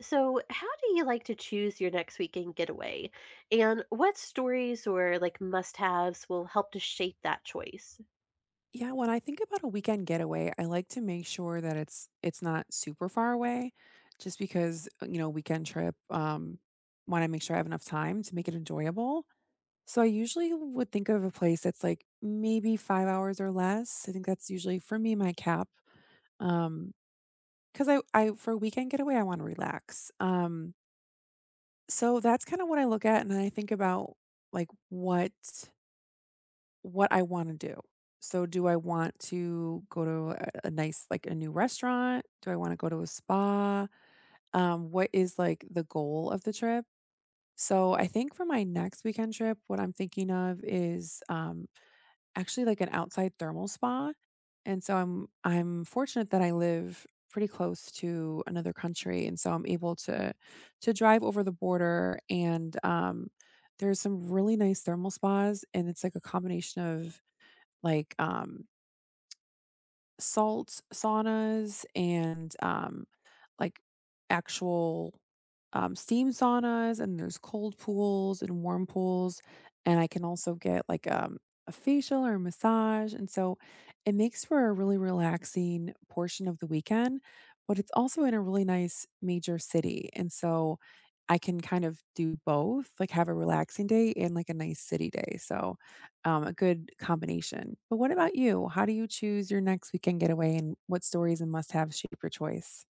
So, how do you like to choose your next weekend getaway? And what stories or like must haves will help to shape that choice? Yeah, when I think about a weekend getaway, I like to make sure that it's not super far away, just because, weekend trip, want to make sure I have enough time to make it enjoyable. So I usually would think of a place that's like maybe 5 hours or less. I think that's usually for me my cap. Um, because I for a weekend getaway, I want to relax. So that's kind of what I look at, and then I think about like what I wanna do. So, do I want to go to a new restaurant? Do I wanna go to a spa? What is, like, the goal of the trip? So, I think for my next weekend trip, what I'm thinking of is, actually, like, an outside thermal spa, and so I'm fortunate that I live pretty close to another country, and so I'm able to drive over the border. And, there's some really nice thermal spas, and it's, like, a combination of like, salt saunas and, like actual steam saunas, and there's cold pools and warm pools, and I can also get like a facial or a massage. And so it makes for a really relaxing portion of the weekend, but it's also in a really nice major city, and so I can kind of do both, like have a relaxing day and like a nice city day. So, a good combination. But what about you? How do you choose your next weekend getaway, and what stories and must have shape your choice?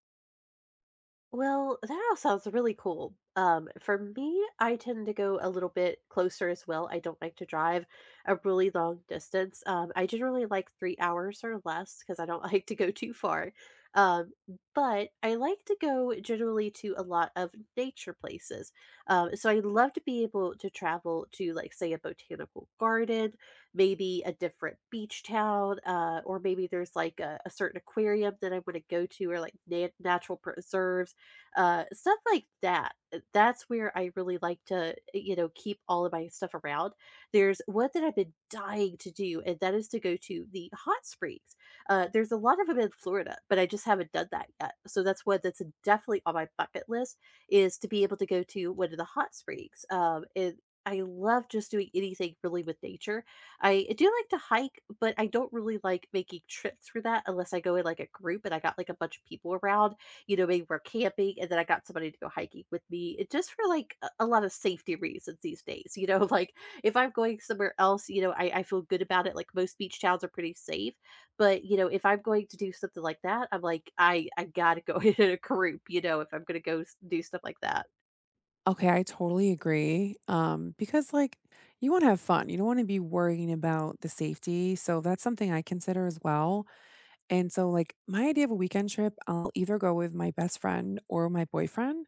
Well, that all sounds really cool. For me, I tend to go a little bit closer as well. I don't like to drive a really long distance. I generally like 3 hours or less because I don't like to go too far. Um, but I like to go generally to a lot of nature places. So I love to be able to travel to, like, say, a botanical garden, maybe a different beach town, or maybe there's like a certain aquarium that I want to go to, or like na natural preserves stuff like that. That's where I really like to, you know, keep all of my stuff around. There's one that I've been dying to do, and that is to go to the hot springs. There's a lot of them in Florida, but I just haven't done that yet. So that's one that's definitely on my bucket list is to be able to go to one of the hot springs. And I love just doing anything really with nature. I do like to hike, but I don't really like making trips for that unless I go in like a group and I got like a bunch of people around. You know, maybe we're camping, and then I got somebody to go hiking with me. It just for like a lot of safety reasons these days, you know, like if I'm going somewhere else, you know, I feel good about it. Like most beach towns are pretty safe, but you know, if I'm going to do something like that, I'm like, I gotta go in a group, you know, if I'm gonna do stuff like that. Okay, I totally agree. Because like, you want to have fun. You don't want to be worrying about the safety. So that's something I consider as well. And so, like, my idea of a weekend trip, I'll either go with my best friend or my boyfriend.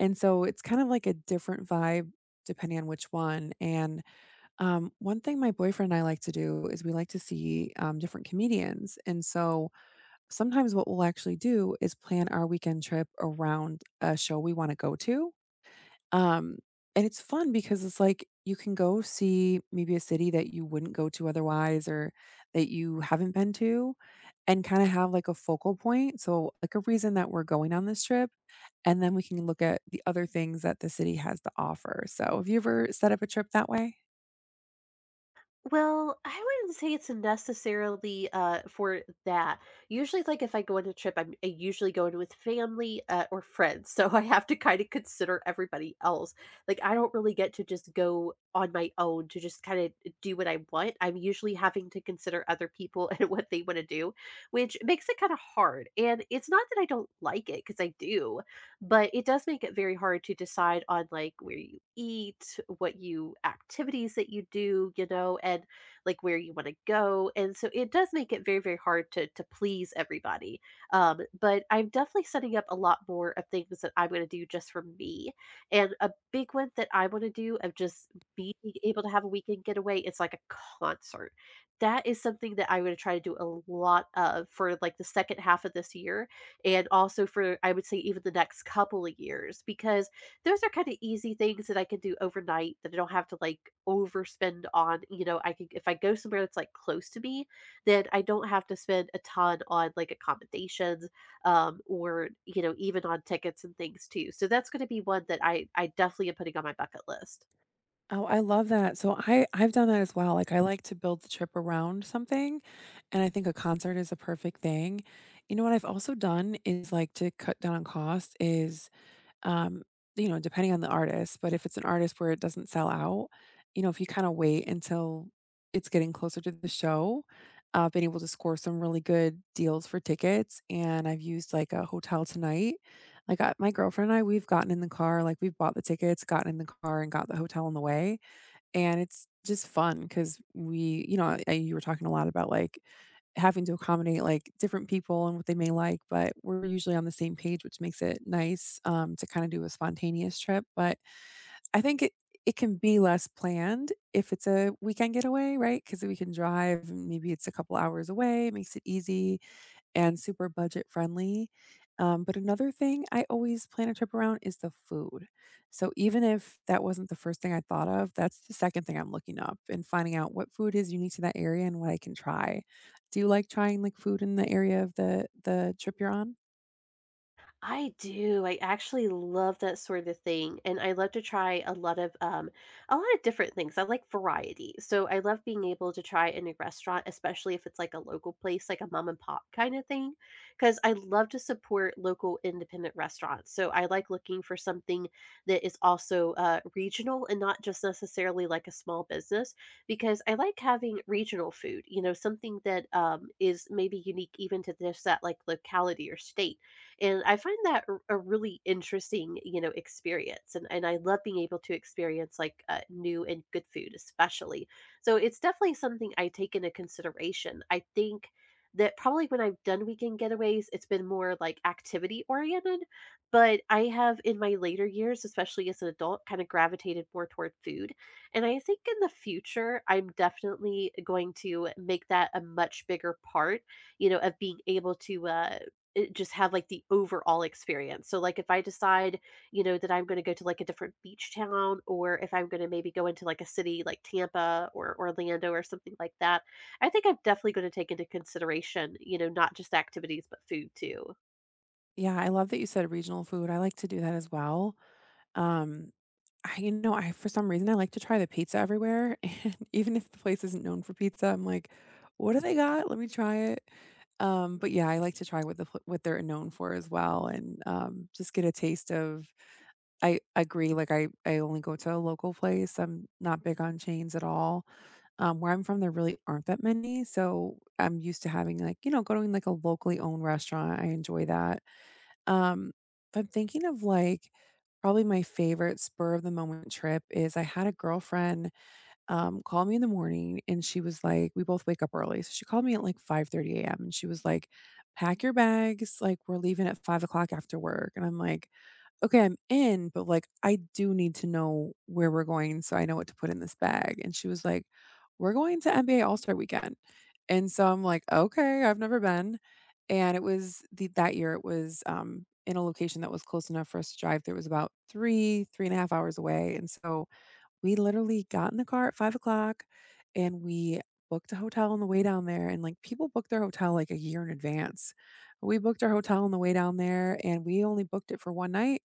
And so it's kind of like a different vibe depending on which one. And one thing my boyfriend and I like to do is we like to see different comedians. And so sometimes what we'll actually do is plan our weekend trip around a show we want to go to. Um, and it's fun because it's like you can go see maybe a city that you wouldn't go to otherwise, or that you haven't been to, and kind of have like a focal point. So, like, a reason that we're going on this trip. And then we can look at the other things that the city has to offer. So, have you ever set up a trip that way? Well, I wouldn't say it's necessarily for that. Usually like if I go on a trip, I usually going with family or friends. So I have to kind of consider everybody else. Like I don't really get to just go on my own to just kind of do what I want. I'm usually having to consider other people and what they want to do, which makes it kind of hard. And it's not that I don't like it because I do, but it does make it very hard to decide on like where you eat, what you activities that you do, you know, and like where you want to go. And so it does make it very, very hard to please everybody. But I'm definitely setting up a lot more of things that I'm going to do just for me. And a big one that I want to do of just being able to have a weekend getaway is like a concert. That is something that I'm going to try to do a lot of for like the second half of this year and also for I would say even the next couple of years because those are kind of easy things that I can do overnight that I don't have to like overspend on. You know, I can, if I go somewhere that's like close to me, then I don't have to spend a ton on like accommodations, or you know even on tickets and things too. So that's going to be one that I definitely am putting on my bucket list. Oh, I love that. So I've done that as well. Like, I like to build the trip around something, and I think a concert is a perfect thing. You know what I've also done is, like, to cut down on cost is, Um, depending on the artist, but if it's an artist where it doesn't sell out, if you kind of wait until it's getting closer to the show, I've been able to score some really good deals for tickets. And I've used like a hotel tonight. Like, I, my girlfriend and I, we've gotten in the car, like we've bought the tickets, gotten in the car, and got the hotel on the way. And it's just fun because we, you know, I, you were talking a lot about, like, having to accommodate, like, different people and what they may like, but we're usually on the same page, which makes it nice, to kinda do a spontaneous trip. But I think it can be less planned if it's a weekend getaway, right? Because we can drive, and maybe it's a couple hours away, it makes it easy and super budget friendly. But another thing I always plan a trip around is the food. So even if that wasn't the first thing I thought of, that's the second thing I'm looking up and finding out what food is unique to that area and what I can try. Do you like trying like food in the area of the trip you're on? I do. I actually love that sort of thing, and I love to try a lot of different things. I like variety, so I love being able to try a new restaurant, especially if it's like a local place, like a mom and pop kind of thing, because I love to support local independent restaurants. So I like looking for something that is also regional and not just necessarily like a small business, because I like having regional food. You know, something that is maybe unique even to just that like locality or state. And I find that a really interesting, you know, experience. And I love being able to experience like new and good food, especially. So it's definitely something I take into consideration. I think that probably when I've done weekend getaways, it's been more like activity oriented. But I have in my later years, especially as an adult, kind of gravitated more toward food. And I think in the future, I'm definitely going to make that a much bigger part, you know, of being able to it just have, like, the overall experience. So, like, if I decide, you know, that I'm gonna go to, like, a different beach town, or if I'm gonna maybe go into, like, a city like Tampa or Orlando or something like that, I think I'm definitely gonna take into consideration, you know, not just activities, but food too. Yeah, I love that you said regional food. I like to do that as well. Um, I for some reason I like to try the pizza everywhere, and even if the place isn't known for pizza, I'm like, what do they got? Let me try it. But yeah, I like to try what the pl what they're known for as well. And, just get a taste of. I agree, like, I only go to a local place, I'm not big on chains at all. Where I'm from, there really aren't that many, so I'm used to having, like, you know, going, like, a locally owned restaurant. I enjoy that. Um, I'm thinking of, like, probably my favorite spur of the moment trip is I had a girlfriend called me in the morning, and she was like, we both wake up early. So she called me at like 5:30 a.m. and she was like, pack your bags. Like, we're leaving at 5 o'clock after work. And I'm like, okay, I'm in, but like, I do need to know where we're going, so I know what to put in this bag. And she was like, we're going to NBA All Star weekend. And so I'm like, okay, I've never been. And it was that year, it was in a location that was close enough for us to drive. There was about three, three and a half hours away. And so we literally got in the car at 5 o'clock, and we booked a hotel on the way down there. And, like, people book their hotel, like, a year in advance. We booked our hotel on the way down there, and we only booked it for 1 night,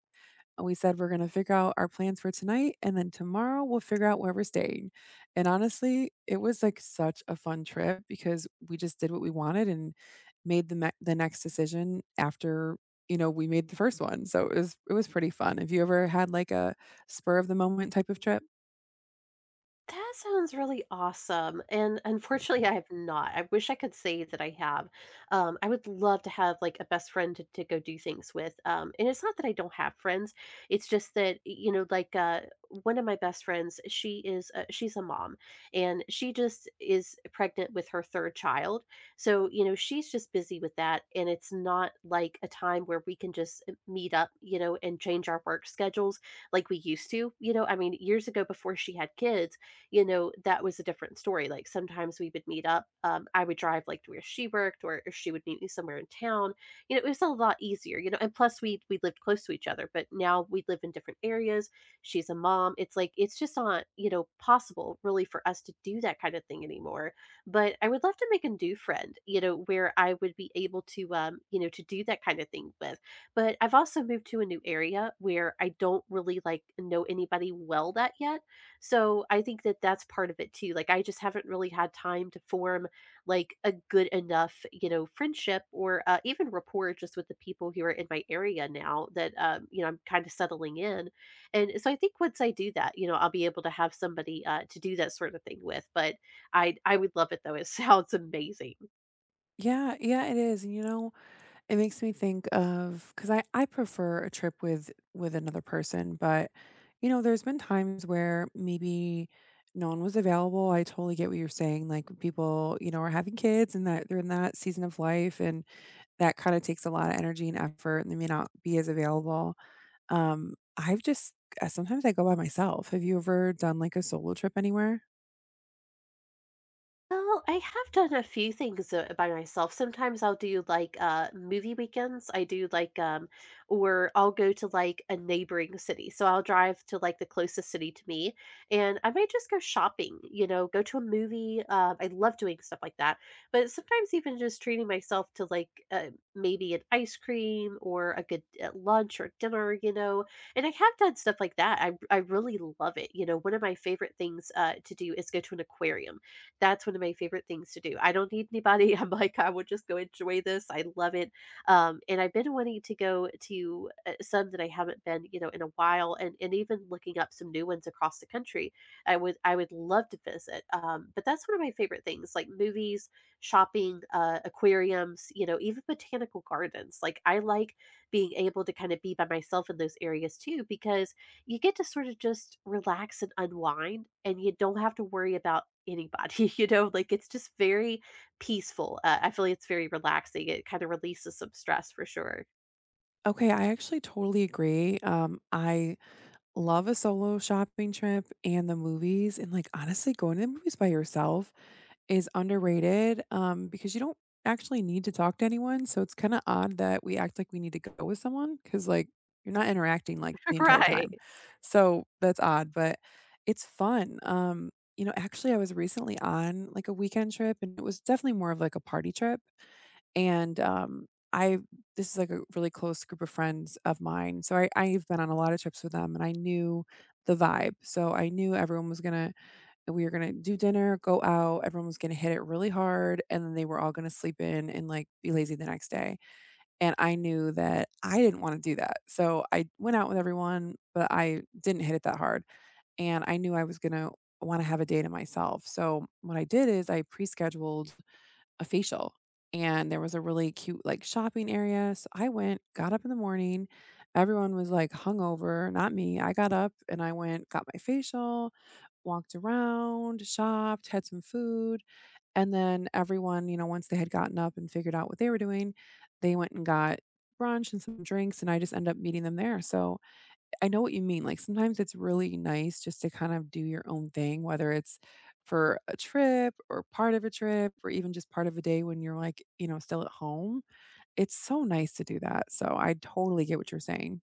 and we said, "We're gonna figure out our plans for tonight, and then tomorrow we'll figure out where we're staying." And honestly, it was, like, such a fun trip because we just did what we wanted and made the next decision after, you know, we made the first one. So it was pretty fun. Have you ever had, like, a spur of the moment type of trip? That sounds really awesome, and unfortunately, I have not. I wish I could say that I have. I would love to have, like, a best friend to go do things with, and it's not that I don't have friends, it's just that, you know, like, one of my best friends, she's a mom, and she just is pregnant with her 3rd child, so, you know, she's just busy with that, and it's not like a time where we can just, meet up, you know, and change our work schedules like we used to, you know? I mean, years ago before she had kids, you know, that was a different story. Like sometimes we would meet up. I would drive like to where she worked, or she would meet me somewhere in town. You know, it was a lot easier. You know, and plus we lived close to each other, but now we live in different areas. She's a mom. It's like it's just not you know possible really for us to do that kind of thing anymore. But I would love to make a new friend. You know, where I would be able to you know to do that kind of thing with. But I've also moved to a new area where I don't really like know anybody well that yet, so I think that that's part of it too. Like I just haven't really had time to form like a good enough, you know, friendship or even rapport just with the people who are in my area now that you know I'm kind of settling in. And so I think once I do that, you know, I'll be able to have somebody to do that sort of thing with. But I would love it though. It sounds amazing. Yeah, yeah, it is, it makes me think of, because I prefer a trip with another person. But, there's been times where maybe no one was available. I totally get what you're saying, like, people, are having kids, and that they're in that season of life, and that kinda takes a lot of energy and effort, and they may not be as available. I've just Sometimes I go by myself. Have you ever done, like, a solo trip anywhere? Well, I have done a few things by myself. Sometimes I'll do like movie weekends. I do like or I'll go to like a neighboring city. So I'll drive to like the closest city to me and I might just go shopping, you know, go to a movie. I love doing stuff like that. But sometimes even just treating myself to like maybe an ice cream or a good lunch or dinner, you know. And I have done stuff like that. I really love it. You know, one of my favorite things to do is go to an aquarium. That's one of my favorite things to do. I don't need anybody. I'm like, I would just go enjoy this. I love it. And I've been wanting to go to some that I haven't been, you know, in a while, and even looking up some new ones across the country. I would love to visit. But that's one of my favorite things, like movies, shopping, aquariums, you know, even botanical gardens. Like I like being able to kind of be by myself in those areas too, because you get to sort of just relax and unwind and you don't have to worry about anybody you know like it's just very peaceful. I feel like it's very relaxing. It kind of releases some stress for sure. Okay, I actually totally agree. I love a solo shopping trip and the movies, and, like, honestly, going to the movies by yourself is underrated, because you don't actually need to talk to anyone, so it's kinda odd that we act like we need to go with someone. Because, like, you're not interacting, like, the entire Right. time. So, that's odd, but it's fun. Actually, I was recently on, like, a weekend trip, and it was definitely more of, like, a party trip. And, I this is like a really close group of friends of mine, so I've been on a lot of trips with them, and I knew the vibe. So I knew everyone was gonna we were gonna do dinner, go out, everyone was gonna hit it really hard, and then they were all gonna sleep in and, like, be lazy the next day. And I knew that I didn't wanna do that. So I went out with everyone, but I didn't hit it that hard, and I knew I was gonna wanna have a day to myself. So what I did is I pre-scheduled a facial, and there was a really cute like shopping area. So I went, got up in the morning. Everyone was like hungover, not me. I got up and I went, got my facial, walked around, shopped, had some food. And then everyone, once they had gotten up and figured out what they were doing, they went and got brunch and some drinks. And I just ended up meeting them there. So I know what you mean. Like, sometimes it's really nice just to kind of do your own thing, whether it's for a trip or part of a trip or even just part of a day when you're like, still at home. It's so nice to do that. So I totally get what you're saying.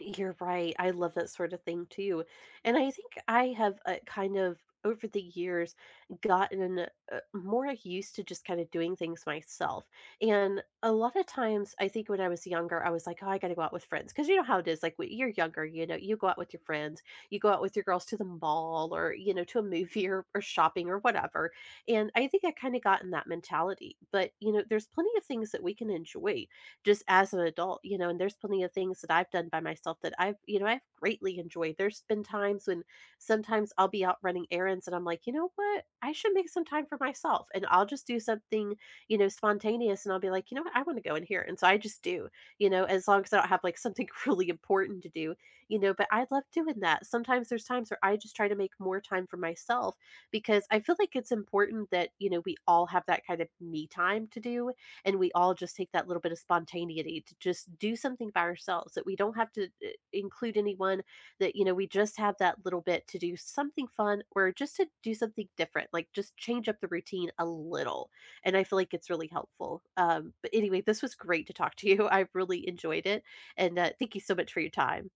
You're right. I love that sort of thing too. And I think I have kind of over the years gotten more used to just kind of doing things myself. And a lot of times, I think when I was younger, I was like, oh, I got to go out with friends. Because you know how it is. Like when you're younger, you know, you go out with your friends, you go out with your girls to the mall or, you know, to a movie, or shopping or whatever. And I think I kind of got in that mentality. But, you know, there's plenty of things that we can enjoy just as an adult, you know, and there's plenty of things that I've done by myself that I've, you know, I've greatly enjoyed. There's been times when sometimes I'll be out running errands and I'm like, you know what? I should make some time for myself and I'll just do something, you know, spontaneous and I'll be like, you know what? I want to go in here. And so I just do, you know, as long as I don't have like something really important to do, you know, but I love doing that. Sometimes there's times where I just try to make more time for myself because I feel like it's important that, you know, we all have that kind of me time to do, and we all just take that little bit of spontaneity to just do something by ourselves that we don't have to include anyone, that you know we just have that little bit to do something fun or just to do something different, like just change up the routine a little, and I feel like it's really helpful. But anyway, this was great to talk to you. I really enjoyed it, and thank you so much for your time.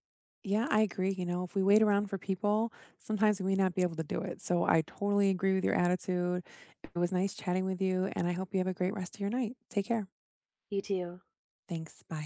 Yeah, I agree. You know, if we wait around for people, sometimes we may not be able to do it. So I totally agree with your attitude. It was nice chatting with you, and I hope you have a great rest of your night. Take care. You too. Thanks. Bye.